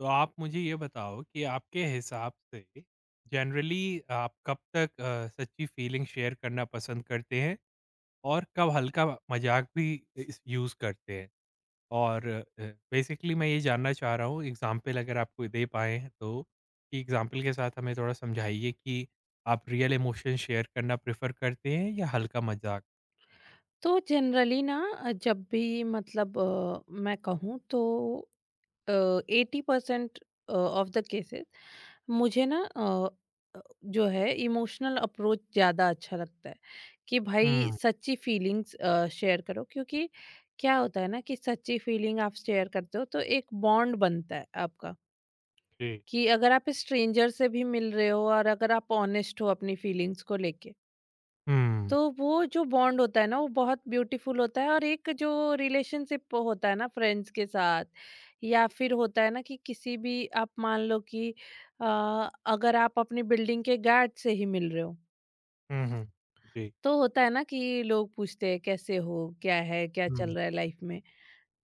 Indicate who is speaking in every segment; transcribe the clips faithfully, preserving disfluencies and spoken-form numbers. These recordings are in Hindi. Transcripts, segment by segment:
Speaker 1: तो आप मुझे ये बताओ कि आपके हिसाब से जनरली आप कब तक अ, सच्ची फीलिंग शेयर करना पसंद करते हैं और कब हल्का मजाक भी इस यूज़ करते हैं? और बेसिकली मैं ये जानना चाह रहा हूँ एग्ज़ाम्पल अगर आप कोई दे पाएँ तो, कि एग्ज़ाम्पल के साथ हमें थोड़ा समझाइए कि आप रियल इमोशन शेयर करना प्रेफ़र करते हैं या हल्का मजाक?
Speaker 2: तो जनरली ना अ, जब भी मतलब अ, मैं कहूँ तो eighty percent of the cases मुझे ना अ, अ, जो है इमोशनल अप्रोच ज़्यादा अच्छा लगता है कि भाई
Speaker 1: हुँ,
Speaker 2: सच्ची फीलिंग्स शेयर करो क्योंकि क्या होता है ना कि सच्ची फीलिंग आप शेयर करते हो तो एक बॉन्ड बनता है आपका।
Speaker 1: जी।
Speaker 2: कि अगर आप स्ट्रेंजर से भी मिल रहे हो और अगर आप ऑनेस्ट हो अपनी फीलिंग्स को लेके
Speaker 1: हुँ,
Speaker 2: तो वो जो बॉन्ड होता है ना वो बहुत ब्यूटीफुल होता है। और एक जो रिलेशनशिप होता है ना फ्रेंड्स के साथ या फिर होता है ना कि किसी भी आप मान लो कि अ, अगर आप अपनी बिल्डिंग के गार्ड से ही मिल रहे हो
Speaker 1: हुँ, हुँ। जी।
Speaker 2: तो होता है ना कि लोग पूछते हैं कैसे हो, क्या है, क्या
Speaker 1: हुँ,
Speaker 2: चल रहा है लाइफ में।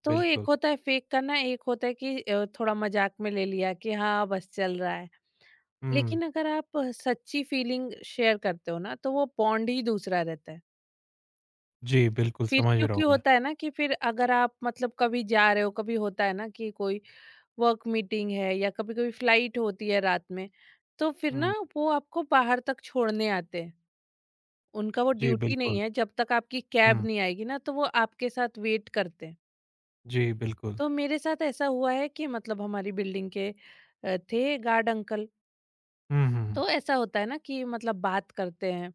Speaker 2: तो एक
Speaker 1: बिल्कुल।
Speaker 2: होता है फेक करना, एक होता है कि अ, थोड़ा मजाक में ले लिया कि हाँ बस चल रहा है।
Speaker 1: हुँ,
Speaker 2: लेकिन अगर आप सच्ची फीलिंग शेयर करते हो ना तो वो बॉन्ड ही दूसरा रहता है।
Speaker 1: जी, बिल्कुल
Speaker 2: फिर
Speaker 1: समझ रहा
Speaker 2: क्योंकि
Speaker 1: हूँ मैं।
Speaker 2: होता है ना कि फिर अगर आप मतलब कभी जा रहे हो, कभी होता है ना कि कोई वर्क मीटिंग है या कभी कभी फ्लाइट होती है रात में, तो फिर
Speaker 1: हुँ।
Speaker 2: ना वो आपको बाहर तक छोड़ने आते हैं। उनका वो
Speaker 1: जी,
Speaker 2: ड्यूटी नहीं
Speaker 1: बिल्कुल।
Speaker 2: है, जब तक आपकी कैब
Speaker 1: हुँ,
Speaker 2: नहीं आएगी ना तो वो आपके साथ वेट करते हैं।
Speaker 1: जी, बिल्कुल।
Speaker 2: तो मेरे साथ ऐसा हुआ है कि मतलब हमारी बिल्डिंग के अ, थे गार्ड अंकल,
Speaker 1: हुँ, हुँ, हुँ।
Speaker 2: तो ऐसा होता है ना कि मतलब बात करते हैं।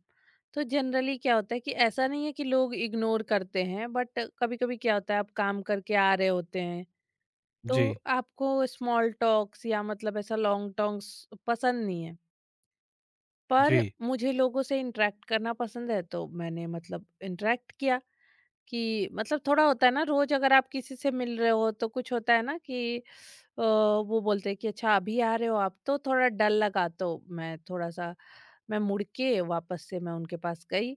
Speaker 2: तो जनरली क्या होता है कि ऐसा नहीं है कि लोग इग्नोर करते हैं, बट कभी कभी क्या होता है आप काम करके आ रहे होते हैं
Speaker 1: जी,
Speaker 2: तो आपको स्मॉल टॉक्स या मतलब ऐसा लॉन्ग टॉक्स पसंद नहीं है, पर
Speaker 1: जी।
Speaker 2: मुझे लोगों से इंटरेक्ट करना पसंद है तो मैंने मतलब इंटरेक्ट किया। कि मतलब थोड़ा होता है ना, रोज अगर आप किसी से मिल रहे हो तो कुछ होता है ना कि अ, वो बोलते हैं कि अच्छा अभी आ रहे हो आप, तो थोड़ा डर लगा तो मैं थोड़ा सा मैं मुड़ के वापस से मैं उनके पास गई।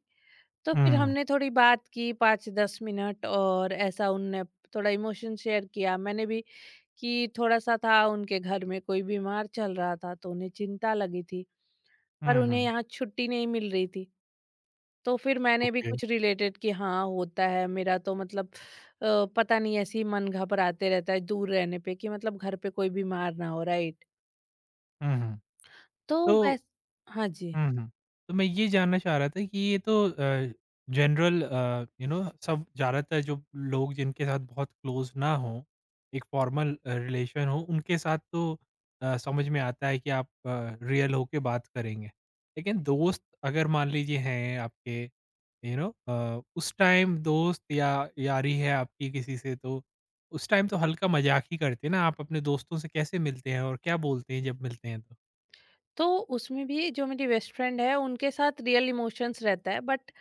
Speaker 2: तो
Speaker 1: हुँ,
Speaker 2: फिर
Speaker 1: हुँ।
Speaker 2: हमने थोड़ी बात की पाँच से दस मिनट, और ऐसा उनने थोड़ा इमोशन शेयर किया। मैंने भी कि थोड़ा-सा था, उनके घर में कोई बीमार चल रहा था तो उन्हें चिंता लगी थी, पर
Speaker 1: हुँ,
Speaker 2: उन्हें
Speaker 1: हुँ।
Speaker 2: यहाँ छुट्टी नहीं मिल रही थी। तो फिर मैंने भी
Speaker 1: ओके।
Speaker 2: कुछ रिलेटेड कि हाँ, होता है मेरा तो मतलब अ, पता नहीं ऐसे ही मन घबराते रहता है दूर रहने पे कि मतलब घर पे कोई बीमार ना हो, राइट?
Speaker 1: हुँ, हुँ।
Speaker 2: तो
Speaker 1: तो
Speaker 2: वैस हाँ जी।
Speaker 1: हुँ, हुँ। तो मैं ये जानना चाह रहा था कि ये तो अ, जनरल अ, यू नो सब ज़्यादातर जो लोग जिनके साथ बहुत क्लोज़ ना हों, एक फॉर्मल अ, रिलेशन हो, उनके साथ तो अ, समझ में आता है कि आप अ, रियल होके बात करेंगे। लेकिन दोस्त अगर मान लीजिए हैं आपके यू नो अ, उस टाइम दोस्त या यारी है आपकी किसी से तो उस टाइम तो हल्का मज़ाक ही करते हैं ना, आप अपने दोस्तों से कैसे मिलते हैं और क्या बोलते हैं जब मिलते हैं तो?
Speaker 2: तो उसमें भी जो मेरी बेस्ट फ्रेंड है उनके साथ रियल इमोशंस रहता है, बट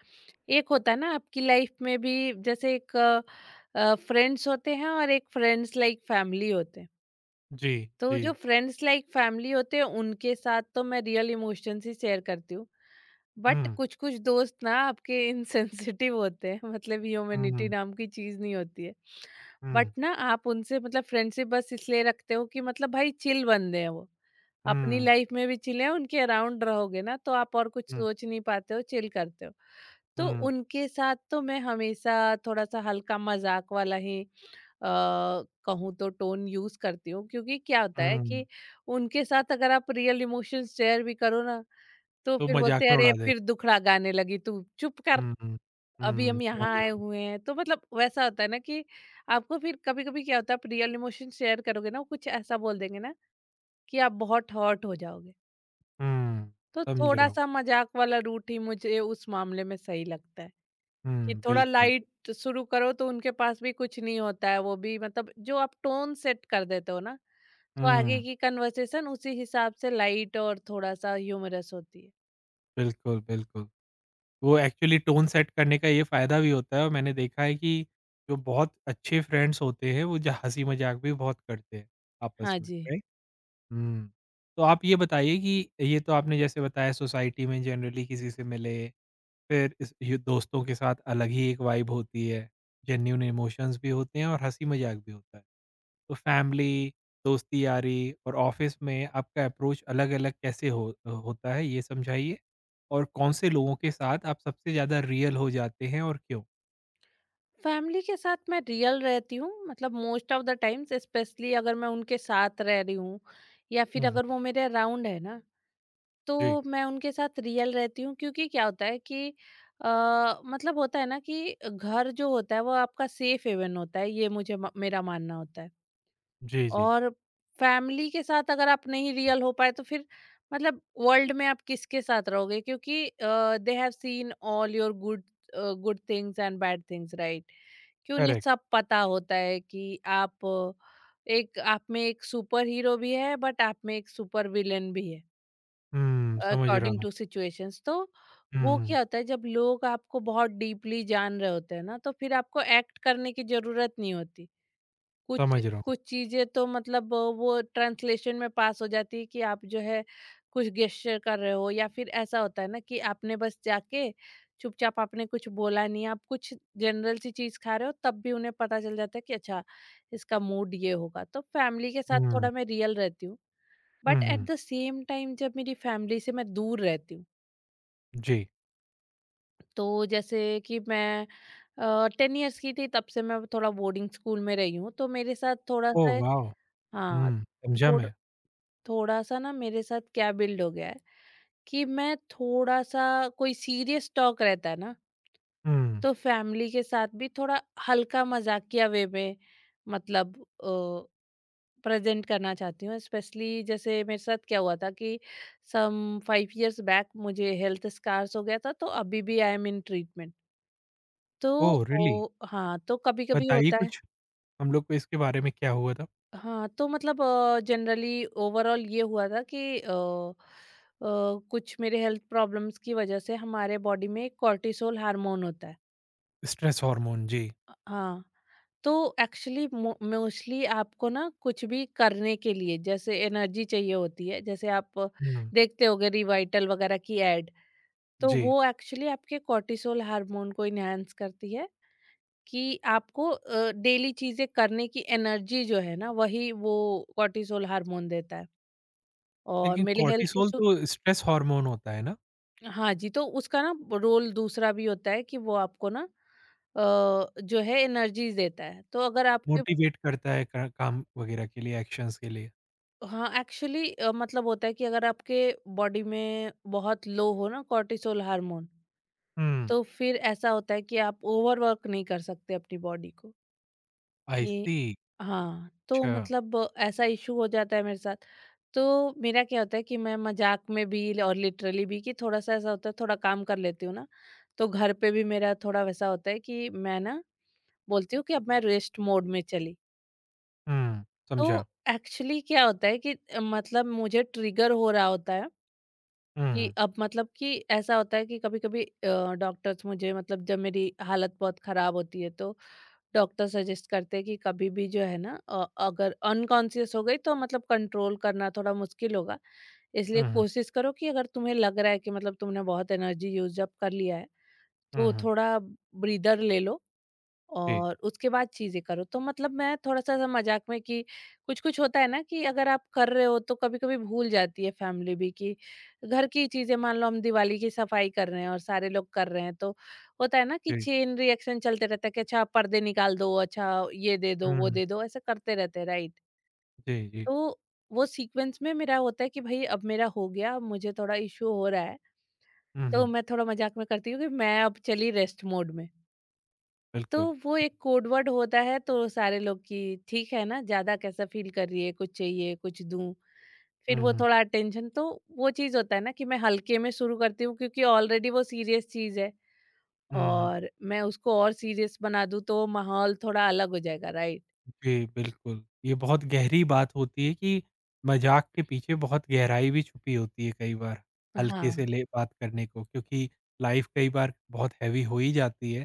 Speaker 2: एक होता है ना आपकी लाइफ में भी, जैसे एक फ्रेंड्स होते हैं और एक फ्रेंड्स लाइक फैमिली होते हैं।
Speaker 1: जी,
Speaker 2: तो जो
Speaker 1: जी।
Speaker 2: फ्रेंड्स लाइक फैमिली होते हैं उनके साथ तो मैं रियल इमोशंस ही शेयर करती हूँ, बट
Speaker 1: हुँ।
Speaker 2: कुछ कुछ दोस्त ना आपके इनसेंसिटिव होते हैं, मतलब ह्यूमैनिटी
Speaker 1: हुँ,
Speaker 2: नाम की चीज़ नहीं होती है। बट
Speaker 1: हुँ,
Speaker 2: ना आप उनसे मतलब फ्रेंडशिप बस इसलिए रखते हो कि मतलब भाई चिल बंदे हैं वो। अपनी
Speaker 1: हुँ,
Speaker 2: लाइफ में भी चिल हैं, उनके अराउंड रहोगे ना तो आप और कुछ
Speaker 1: हुँ,
Speaker 2: सोच नहीं पाते हो, चिल करते हो। तो
Speaker 1: हुँ,
Speaker 2: उनके साथ तो मैं हमेशा थोड़ा-सा हल्का मज़ाक वाला ही अ, कहूँ तो टोन यूज़ करती हूँ, क्योंकि क्या होता है
Speaker 1: हुँ,
Speaker 2: कि उनके साथ अगर आप रियल इमोशंस शेयर भी करो ना, तो
Speaker 1: तो
Speaker 2: फिर
Speaker 1: मज़ाक
Speaker 2: बोलते हैं,
Speaker 1: में उड़ा
Speaker 2: "अरे!
Speaker 1: देंगे।
Speaker 2: फिर दुखड़ा गाने लगी तू, चुप कर।"
Speaker 1: हुँ, हुँ,
Speaker 2: अभी
Speaker 1: हुँ,
Speaker 2: हम
Speaker 1: समझ
Speaker 2: यहाँ
Speaker 1: रहा
Speaker 2: आए
Speaker 1: हूँ।
Speaker 2: हुए हैं तो मतलब वैसा होता है ना कि आपको फिर कभी कभी क्या होता है आप रियल इमोशन शेयर करोगे ना वो कुछ ऐसा बोल देंगे ना कि आप बहुत हर्ट हो जाओगे।
Speaker 1: हुँ,
Speaker 2: तो
Speaker 1: समझ
Speaker 2: थोड़ा
Speaker 1: रहा हूँ।
Speaker 2: सा मजाक वाला रूट ही मुझे उस मामले में सही लगता है, कि
Speaker 1: हुँ,
Speaker 2: थोड़ा
Speaker 1: बिल्कुल,
Speaker 2: लाइट शुरू करो तो उनके पास भी कुछ नहीं होता है, वो भी मतलब जो आप टोन सेट कर देते हो ना तो आगे
Speaker 1: हुँ,
Speaker 2: की कन्वर्सेशन उसी हिसाब से लाइट और थोड़ा सा ह्यूमरस होती है।
Speaker 1: बिल्कुल, बिल्कुल। वो एक्चुअली टोन सेट करने का ये फ़ायदा भी होता है और मैंने देखा है कि जो बहुत अच्छे फ्रेंड्स होते हैं, वो ज हँसी-मज़ाक भी बहुत करते हैं आपस
Speaker 2: हाँ
Speaker 1: में,
Speaker 2: जी।
Speaker 1: राइट? हुँ, तो आप ये बताइए कि ये तो आपने जैसे बताया सोसाइटी में जनरली किसी से मिले फिर इस ये दोस्तों के साथ अलग ही एक वाइब होती है। जेन्युइन इमोशंस भी होते हैं और हँसी-मज़ाक भी होता है। तो फैमिली, दोस्ती-यारी और ऑफ़िस में आपका अप्रोच अलग-अलग कैसे हो होता है, ये समझाइए? और कौन से लोगों के साथ आप सबसे ज़्यादा रियल हो जाते हैं और क्यों?
Speaker 2: फैमिली के साथ मैं रियल रहती हूँ, मतलब most of the times, specially अगर मैं उनके साथ रह रही हूँ या
Speaker 1: हुँ,
Speaker 2: फिर
Speaker 1: हुँ।
Speaker 2: अगर वो मेरे अराउंड है ना
Speaker 1: जी।
Speaker 2: तो मैं उनके साथ रियल रहती हूँ, क्योंकि क्या होता है कि अ, मतलब होता है ना कि घर जो होता है वो आपका सेफ हेवन होता है, ये मुझे मेरा मानना होता है।
Speaker 1: जी, जी।
Speaker 2: और फैमिली के साथ अगर आप नहीं रियल हो पाए तो फिर मतलब वर्ल्ड में आप किसके साथ रहोगे, क्योंकि they have seen all your good good things and bad things, right? कि उन्हें
Speaker 1: करेक्ट।
Speaker 2: सब पता होता है कि आप अ, एक, आप में एक सुपर हीरो भी है बट आप में एक सुपर विलेन भी है
Speaker 1: हुँ, समझ रहा
Speaker 2: अकॉर्डिंग
Speaker 1: हूँ।
Speaker 2: To situations. तो वो
Speaker 1: हुँ,
Speaker 2: क्या होता है जब लोग आपको बहुत डीपली जान रहे होते हैं ना तो फिर आपको एक्ट करने की जरूरत नहीं होती, कुछ
Speaker 1: समझ रहा हूँ।
Speaker 2: कुछ चीजें तो मतलब वो ट्रांसलेशन में पास हो जाती है कि आप जो है कुछ गेस्चर कर रहे हो, या फिर ऐसा होता है ना कि आपने बस जाके चुपचाप, आपने कुछ बोला नहीं, आप कुछ जनरल सी चीज खा रहे हो तब भी उन्हें पता चल जाता है कि अच्छा इसका मूड ये होगा। तो फैमिली के साथ
Speaker 1: हुँ,
Speaker 2: थोड़ा मैं रियल रहती हूँ,
Speaker 1: हुँ,
Speaker 2: but at
Speaker 1: hmm.
Speaker 2: The same time जब मेरी फैमिली से मैं दूर रहती हूँ,
Speaker 1: जी।
Speaker 2: तो जैसे कि मैं टेन इयर्स की थी तब से मैं थोड़ा बोर्डिंग स्कूल में रही हूँ तो मेरे साथ थोड़ा
Speaker 1: ओह
Speaker 2: सा,
Speaker 1: वाओ!
Speaker 2: हाँ,
Speaker 1: हुँ, समझा मैं।
Speaker 2: थोड़ा सा ना मेरे साथ क्या बिल्ड हो गया है कि मैं थोड़ा सा, कोई सीरियस टॉक रहता है ना
Speaker 1: हुँ।
Speaker 2: तो फैमिली के साथ भी थोड़ा हल्का मजाकिया वे में मतलब प्रेजेंट करना चाहती हूँ। स्पेशली जैसे मेरे साथ क्या हुआ था कि सम फाइव इयर्स बैक मुझे हेल्थ स्कार्स हो गया था, तो अभी भी आई एम इन ट्रीटमेंट। तो
Speaker 1: ओह रियली?
Speaker 2: ओ, हाँ, तो कभी कभी
Speaker 1: बताइए
Speaker 2: होता है।
Speaker 1: कुछ। हम लोग को इसके बारे में क्या हुआ था?
Speaker 2: हाँ, तो मतलब जनरली ओवरऑल ये हुआ था कि अ अ, कुछ मेरे हेल्थ प्रॉब्लम्स की वजह से हमारे बॉडी में एक कॉर्टिसोल हार्मोन होता है।
Speaker 1: स्ट्रेस हार्मोन, जी।
Speaker 2: अ, हाँ, तो एक्चुअली मो मोस्टली आपको ना कुछ भी करने के लिए जैसे एनर्जी चाहिए होती है, जैसे आप
Speaker 1: हुँ,
Speaker 2: देखते होंगे रिवाइटल वगैरह की ऐड, तो
Speaker 1: जी।
Speaker 2: वो एक्चुअली आपके कॉर्टिसोल हार्मोन को एनहांस करती है, कि आपको अ, डेली चीज़ें करने की एनर्जी जो है ना, वही वो कॉर्टिसोल हार्मोन देता है। और
Speaker 1: लेकिन
Speaker 2: मेरे हेल्थ
Speaker 1: कॉर्टिसोल
Speaker 2: इशू।
Speaker 1: तो स्ट्रेस हार्मोन होता है ना?
Speaker 2: हाँ जी, तो उसका ना रोल दूसरा भी होता है कि वो आपको ना अ, जो है एनर्जी देता है। तो अगर आपके,
Speaker 1: मोटिवेट करता है का काम वगैरह के लिए, एक्शंस के लिए।
Speaker 2: हाँ, एक्चुअली अ, मतलब होता है कि अगर आपके बॉडी में बहुत लो हो ना कॉर्टिसोल हार्मोन,
Speaker 1: हुँ,
Speaker 2: तो फिर ऐसा होता है कि आप ओवरवर्क नहीं कर सकते अपनी बॉडी को।
Speaker 1: आई
Speaker 2: ये
Speaker 1: सी
Speaker 2: हाँ, तो
Speaker 1: अच्छा।
Speaker 2: मतलब ऐसा इशू हो जाता है मेरे साथ। तो मेरा क्या होता है कि मैं मजाक में भी और लिटरली भी कि थोड़ा सा ऐसा होता है, थोड़ा काम कर लेती हूँ ना तो घर पे भी मेरा थोड़ा वैसा होता है कि मैं ना बोलती हूँ कि अब मैं रेस्ट मोड में चली।
Speaker 1: हुँ,
Speaker 2: तो
Speaker 1: समझा।
Speaker 2: एक्चुअली क्या होता है कि अ, मतलब मुझे ट्रिगर हो रहा होता है
Speaker 1: हुँ,
Speaker 2: कि
Speaker 1: हुँ,
Speaker 2: अब मतलब कि ऐसा होता है कि कभी-कभी अ, डॉक्टर्स मुझे मतलब जब मेरी हालत बहुत खराब होती है तो डॉक्टर सजेस्ट करते हैं कि कभी भी जो है ना अ, अगर अनकॉन्शियस हो गई तो मतलब कंट्रोल करना थोड़ा मुश्किल होगा।
Speaker 1: हुँ,
Speaker 2: इसलिए
Speaker 1: हुँ,
Speaker 2: कोशिश करो कि अगर तुम्हें लग रहा है कि मतलब तुमने बहुत एनर्जी यूज़ अप कर लिया है,
Speaker 1: हुँ,
Speaker 2: तो
Speaker 1: हुँ।
Speaker 2: थोड़ा ब्रीदर ले लो
Speaker 1: जी,
Speaker 2: और उसके बाद चीज़ें करो। तो मतलब मैं थोड़ा-सा ऐसा मज़ाक में कि कुछ-कुछ होता है ना कि अगर आप कर रहे हो तो कभी-कभी भूल जाती है फैमिली भी कि घर की चीज़ें, मान लो हम दिवाली की सफाई कर रहे हैं और सारे लोग कर रहे हैं, तो होता है ना कि
Speaker 1: जी।
Speaker 2: चेन रिएक्शन चलते रहता है कि अच्छा पर्दे निकाल दो, अच्छा ये दे दो, वो
Speaker 1: हुँ,
Speaker 2: दे दो, ऐसा करते रहते हैं, राइट?
Speaker 1: जी, जी।
Speaker 2: तो वो सीक्वेंस में मेरा होता है कि भई अब मेरा हो गया, अब मुझे थोड़ा इश्यू हो रहा है,
Speaker 1: हुँ,
Speaker 2: तो
Speaker 1: हुँ,
Speaker 2: मैं थोड़ा मज़ाक में करती हूँ कि मैं अब चली रेस्ट मोड में। तो
Speaker 1: बिल्कुल।
Speaker 2: वो एक कोड वर्ड होता है तो सारे लोग कि ठीक है ना ज्यादा कैसा फील कर रही है कुछ चाहिए कुछ दूं फिर
Speaker 1: हुँ,
Speaker 2: वो
Speaker 1: हुँ,
Speaker 2: थोड़ा अटेंशन तो वो चीज होता है ना कि मैं हल्के में शुरू करती हूँ क्योंकि ऑलरेडी वो सीरियस चीज है।
Speaker 1: हुँ, हुँ।
Speaker 2: और मैं उसको और सीरियस बना दूं तो माहौल थोड़ा अलग हो जाएगा, राइट?
Speaker 1: जी, बिल्कुल। ये बहुत गहरी बात होती है कि मज़ाक के पीछे बहुत गहराई भी छुपी होती है कई बार, हल्के
Speaker 2: हाँ,
Speaker 1: से ले बात करने को क्योंकि लाइफ़ कई बार बहुत हैवी हो ही जाती है,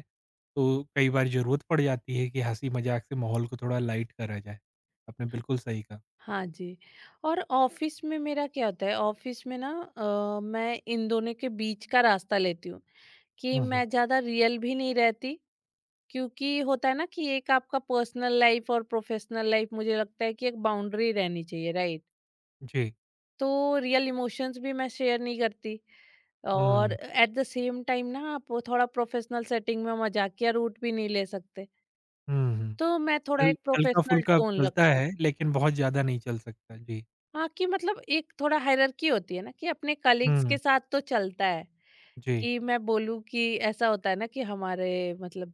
Speaker 1: तो कई बार ज़रूरत पड़ जाती है कि हँसी-मज़ाक से माहौल को थोड़ा लाइट करा जाए। आपने बिल्कुल सही कहा।
Speaker 2: हाँ जी। और ऑफिस में मेरा क्या होता है, ऑफिस में ना अ, मैं इन दोनों के बीच का रास्ता लेती हूँ कि
Speaker 1: हुँ, हुँ।
Speaker 2: मैं ज्यादा रियल भी नहीं रहती, क्योंकि होता है ना कि एक आपका पर्सनल लाइफ और प्रोफेशनल लाइफ, मुझे लगता है कि एक बाउंड्री रहनी चाहिए, राइट?
Speaker 1: जी।
Speaker 2: तो रियल इमोशंस भी मैं शेयर नहीं करती, और
Speaker 1: हुँ,
Speaker 2: एट द सेम टाइम ना आप वो थोड़ा प्रोफेशनल सेटिंग में मजाकिया रूट भी नहीं ले सकते।
Speaker 1: हुँ, हुँ।
Speaker 2: तो मैं थोड़ा
Speaker 1: हल
Speaker 2: एक प्रोफेशनल
Speaker 1: हल्का-फुल्का
Speaker 2: टोन
Speaker 1: चलता
Speaker 2: रखती हूँ।
Speaker 1: है लेकिन बहुत ज़्यादा नहीं चल सकता। जी।
Speaker 2: हाँ कि मतलब एक थोड़ा हायरार्की होती है ना कि अपने कलीग्स
Speaker 1: हुँ,
Speaker 2: के साथ तो चलता है
Speaker 1: जी,
Speaker 2: कि मैं बोलूँ कि ऐसा होता है ना कि हमारे मतलब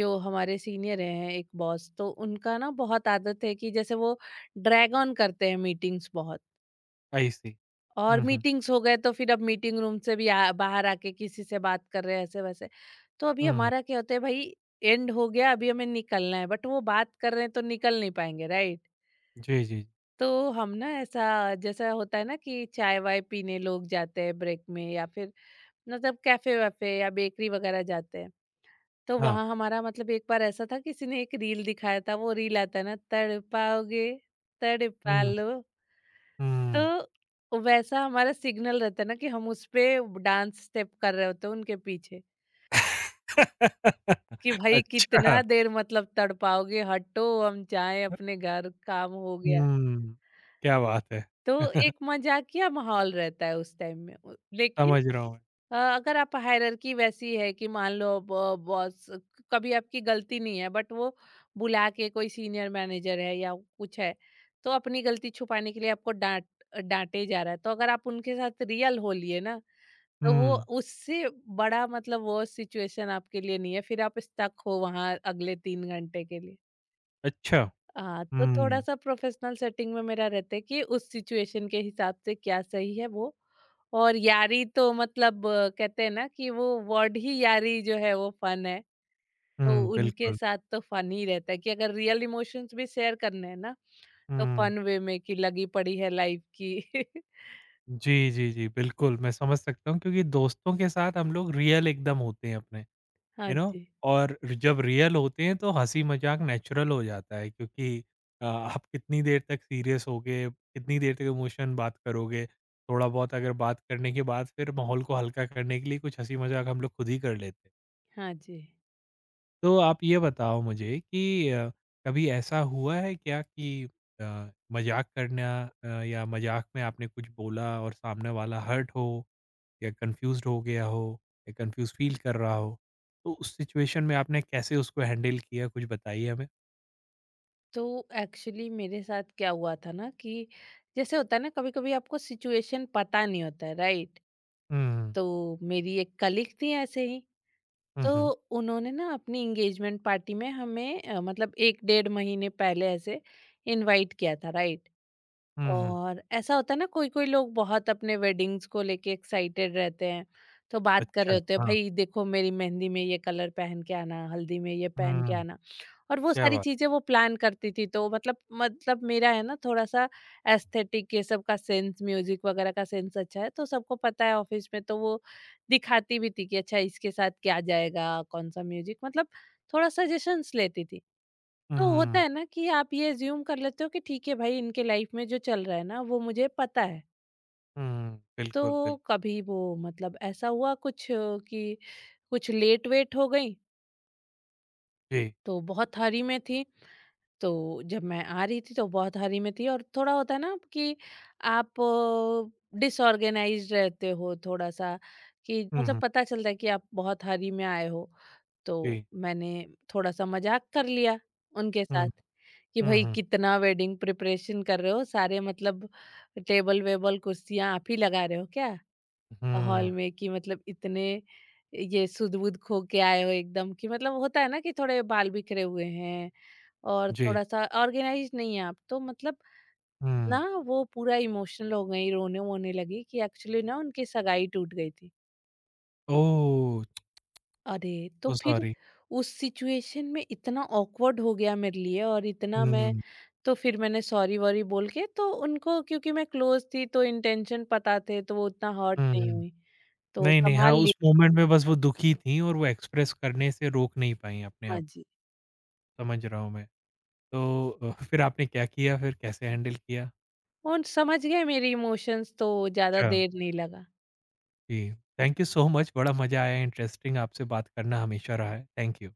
Speaker 2: जो हमारे सीनियर हैं एक बॉस, तो उनका ना बहुत आदत है कि जैसे वो ड्रैग ऑन करते हैं मीटिंग्स बहुत।
Speaker 1: आई सी।
Speaker 2: और
Speaker 1: हुँ, हुँ,
Speaker 2: मीटिंग्स हो गए तो फिर अब मीटिंग रूम से भी आ, बाहर आके किसी से बात कर रहे हैं ऐसे वैसे। तो अभी
Speaker 1: हुँ।
Speaker 2: हमारा क्या होता है भाई, एंड हो गया, अभी हमें निकलना है, बट वो बात कर रहे हैं तो निकल नहीं पाएंगे, राइट?
Speaker 1: जी, जी।
Speaker 2: तो हम ना ऐसा, जैसा होता है ना कि चाय वाय पीने लोग जाते हैं ब्रेक में या फिर मतलब कैफे वैफे या बेकरी वगैरह जाते हैं, तो
Speaker 1: हाँ।
Speaker 2: वहाँ हमारा मतलब एक बार ऐसा था किसी ने एक रील दिखाया था, वो रील आता है ना, तड़पाओगे तड़पा
Speaker 1: हुँ,
Speaker 2: लो।
Speaker 1: हुँ।
Speaker 2: तो वैसा हमारा सिग्नल रहता है ना कि हम उस पे डांस स्टेप कर रहे होते हैं उनके पीछे कि भाई
Speaker 1: अच्छा,
Speaker 2: कितना देर मतलब तड़पाओगे, हटो हम जाएं अपने घर, काम हो गया।
Speaker 1: हुँ, क्या बात है!
Speaker 2: तो एक मजाकिया माहौल रहता है उस टाइम में उ- लेकिन
Speaker 1: समझ रहा हूँ मैं।
Speaker 2: अ, अगर आप हायरार्की वैसी है कि मान लो ब- बॉस, कभी आपकी गलती नहीं है बट वो बुला के कोई सीनियर मैनेजर है या कुछ है, तो अपनी गलती छुपाने के लिए आपको डांट डांटे जा रहा है, तो अगर आप उनके साथ रियल हो लिए ना, तो वो
Speaker 1: हुँ,
Speaker 2: उससे बड़ा मतलब वो सिचुएशन आपके लिए नहीं है, फिर आप स्टक हो वहां अगले तीन घंटे के लिए।
Speaker 1: अच्छा,
Speaker 2: हाँ तो थोड़ा
Speaker 1: हुँ,
Speaker 2: सा प्रोफेशनल सेटिंग में मेरा रहता है कि उस सिचुएशन के हिसाब से क्या सही है वो। और यारी तो मतलब अ, कहते हैं ना कि वो वर्ड ही यारी जो है वो फन है। तो
Speaker 1: हुँ,
Speaker 2: उनके
Speaker 1: बिल्कुल,
Speaker 2: साथ तो फन ही रहता है कि अगर रियल इमोशंस भी शेयर करने हैं ना, तो
Speaker 1: हुँ।
Speaker 2: फन वे में कि लगी पड़ी है लाइफ की।
Speaker 1: जी, जी, जी, बिल्कुल, मैं समझ सकता हूँ क्योंकि दोस्तों के साथ हम लोग रियल एकदम होते हैं अपने,
Speaker 2: हाँ
Speaker 1: यू नो
Speaker 2: जी,
Speaker 1: और जब रियल होते हैं तो हँसी-मज़ाक नेचुरल हो जाता है क्योंकि अ, आप कितनी देर तक सीरियस होगे, कितनी देर तक इमोशन बात करोगे, थोड़ा-बहुत अगर बात करने के बाद फिर माहौल को हल्का करने के लिए कुछ हँसी-मज़ाक हम लोग खुद ही कर लेते हैं।
Speaker 2: हाँ जी।
Speaker 1: तो आप ये बताओ मुझे कि अ, कभी ऐसा हुआ है क्या कि अ, मज़ाक करना अ, या मज़ाक में आपने कुछ बोला और सामने वाला हर्ट हो या कंफ्यूज्ड हो गया हो या कंफ्यूज फील कर रहा हो तो उस सिचुएशन में आपने कैसे उसको हैंडल किया कुछ बताइए हमें
Speaker 2: तो एक्चुअली मेरे साथ क्या हुआ था ना कि जैसे होता है ना कभी-कभी आपको सिचुएशन पता नहीं होता है, राइट?
Speaker 1: हम्म
Speaker 2: तो मेरी एक कलीग थी ऐसे ही। तो
Speaker 1: हम्म
Speaker 2: उन्होंने ना अपनी एंगेजमेंट पार्टी में हमें अ, मतलब एक डेढ़ महीने पहले ऐसे इनवाइट किया था, राइट?
Speaker 1: हम्म
Speaker 2: और ऐसा होता है ना कोई-कोई लोग बहुत अपने वेडिंग्स को लेके एक्साइटेड रहते हैं, तो बात कर
Speaker 1: अच्छा
Speaker 2: रहे होते हैं
Speaker 1: हाँ
Speaker 2: भाई देखो मेरी मेहंदी में ये कलर पहन के आना, हल्दी में ये पहन के
Speaker 1: हम्म
Speaker 2: आना, और वो
Speaker 1: क्या
Speaker 2: सारी
Speaker 1: बात
Speaker 2: चीज़ें वो प्लान करती थी तो मतलब मतलब मेरा है ना थोड़ा-सा एस्थेटिक ये सब का सेंस, म्यूज़िक वगैरह का सेंस अच्छा है तो सबको पता है ऑफ़िस में, तो वो दिखाती भी थी कि अच्छा इसके साथ क्या जाएगा, कौन-सा म्यूज़िक, मतलब थोड़ा सजेशंस लेती थी। तो होता
Speaker 1: हम्म
Speaker 2: है ना कि आप ये अज्यूम कर लेते हो कि ठीक है भाई इनके लाइफ में जो चल रहा है ना वो मुझे पता है।
Speaker 1: हम्म
Speaker 2: तो
Speaker 1: बिल्कुल बिल्कुल
Speaker 2: कभी वो मतलब ऐसा हुआ कुछ अ, कि कुछ लेट वेट हो गई
Speaker 1: जी
Speaker 2: तो बहुत हरी में थी। तो जब मैं आ रही थी तो बहुत हरी में थी, और थोड़ा होता है ना कि आप डिसऑर्गेनाइज रहते हो थोड़ा सा कि मतलब
Speaker 1: हम्म
Speaker 2: पता चलता है कि आप बहुत हरी में आए हो। तो
Speaker 1: जी
Speaker 2: मैंने थोड़ा-सा मज़ाक कर लिया उनके साथ
Speaker 1: हम्म
Speaker 2: कि भई
Speaker 1: हम्म
Speaker 2: कितना वेडिंग प्रिपरेशन कर रहे हो, सारे मतलब टेबल-वेबल, कुर्सियाँ आप ही लगा रहे हो क्या हॉल
Speaker 1: हम्म
Speaker 2: में, कि मतलब इतने ये सूद-बूद खो के आए हो एकदम, कि मतलब होता है ना कि थोड़े बाल बिखरे हुए हैं और
Speaker 1: जी
Speaker 2: थोड़ा-सा ऑर्गेनाइज़ नहीं है आप। तो मतलब ना
Speaker 1: हम्म
Speaker 2: वो पूरा इमोशनल हो गई, रोने-वोने लगी कि एक्चुअली ना उनकी सगाई टूट गई थी।
Speaker 1: ओ
Speaker 2: अरे! तो
Speaker 1: सो
Speaker 2: फिर
Speaker 1: सॉरी।
Speaker 2: उस सिचुएशन में इतना ऑकवर्ड हो गया मेरे लिए और इतना
Speaker 1: हुँ,
Speaker 2: मैं,
Speaker 1: हुँ।
Speaker 2: तो फिर मैंने सॉरी-वॉरी बोल के तो उनको, क्योंकि मैं क्लोज़ थी तो इंटेंशन पता थे तो वो उतना हर्ट नहीं हुई। तो
Speaker 1: नहीं, नहीं, हाँ,
Speaker 2: संभाल लिया।
Speaker 1: उस मोमेंट में बस वो दुखी थीं और वो एक्सप्रेस करने से रोक नहीं पाईं अपने
Speaker 2: हाँ
Speaker 1: आप,
Speaker 2: जी।
Speaker 1: समझ रहा हूँ मैं। तो अ, फिर आपने क्या किया, फिर कैसे हैंडल किया?
Speaker 2: और समझ गए मेरे इमोशंस तो ज़्यादा
Speaker 1: अच्छा,
Speaker 2: देर नहीं लगा।
Speaker 1: जी। थैंक यू सो मच, बड़ा मज़ा आया, इंटरेस्टिंग आपसे बात करना हमेशा रहा है। Thank you.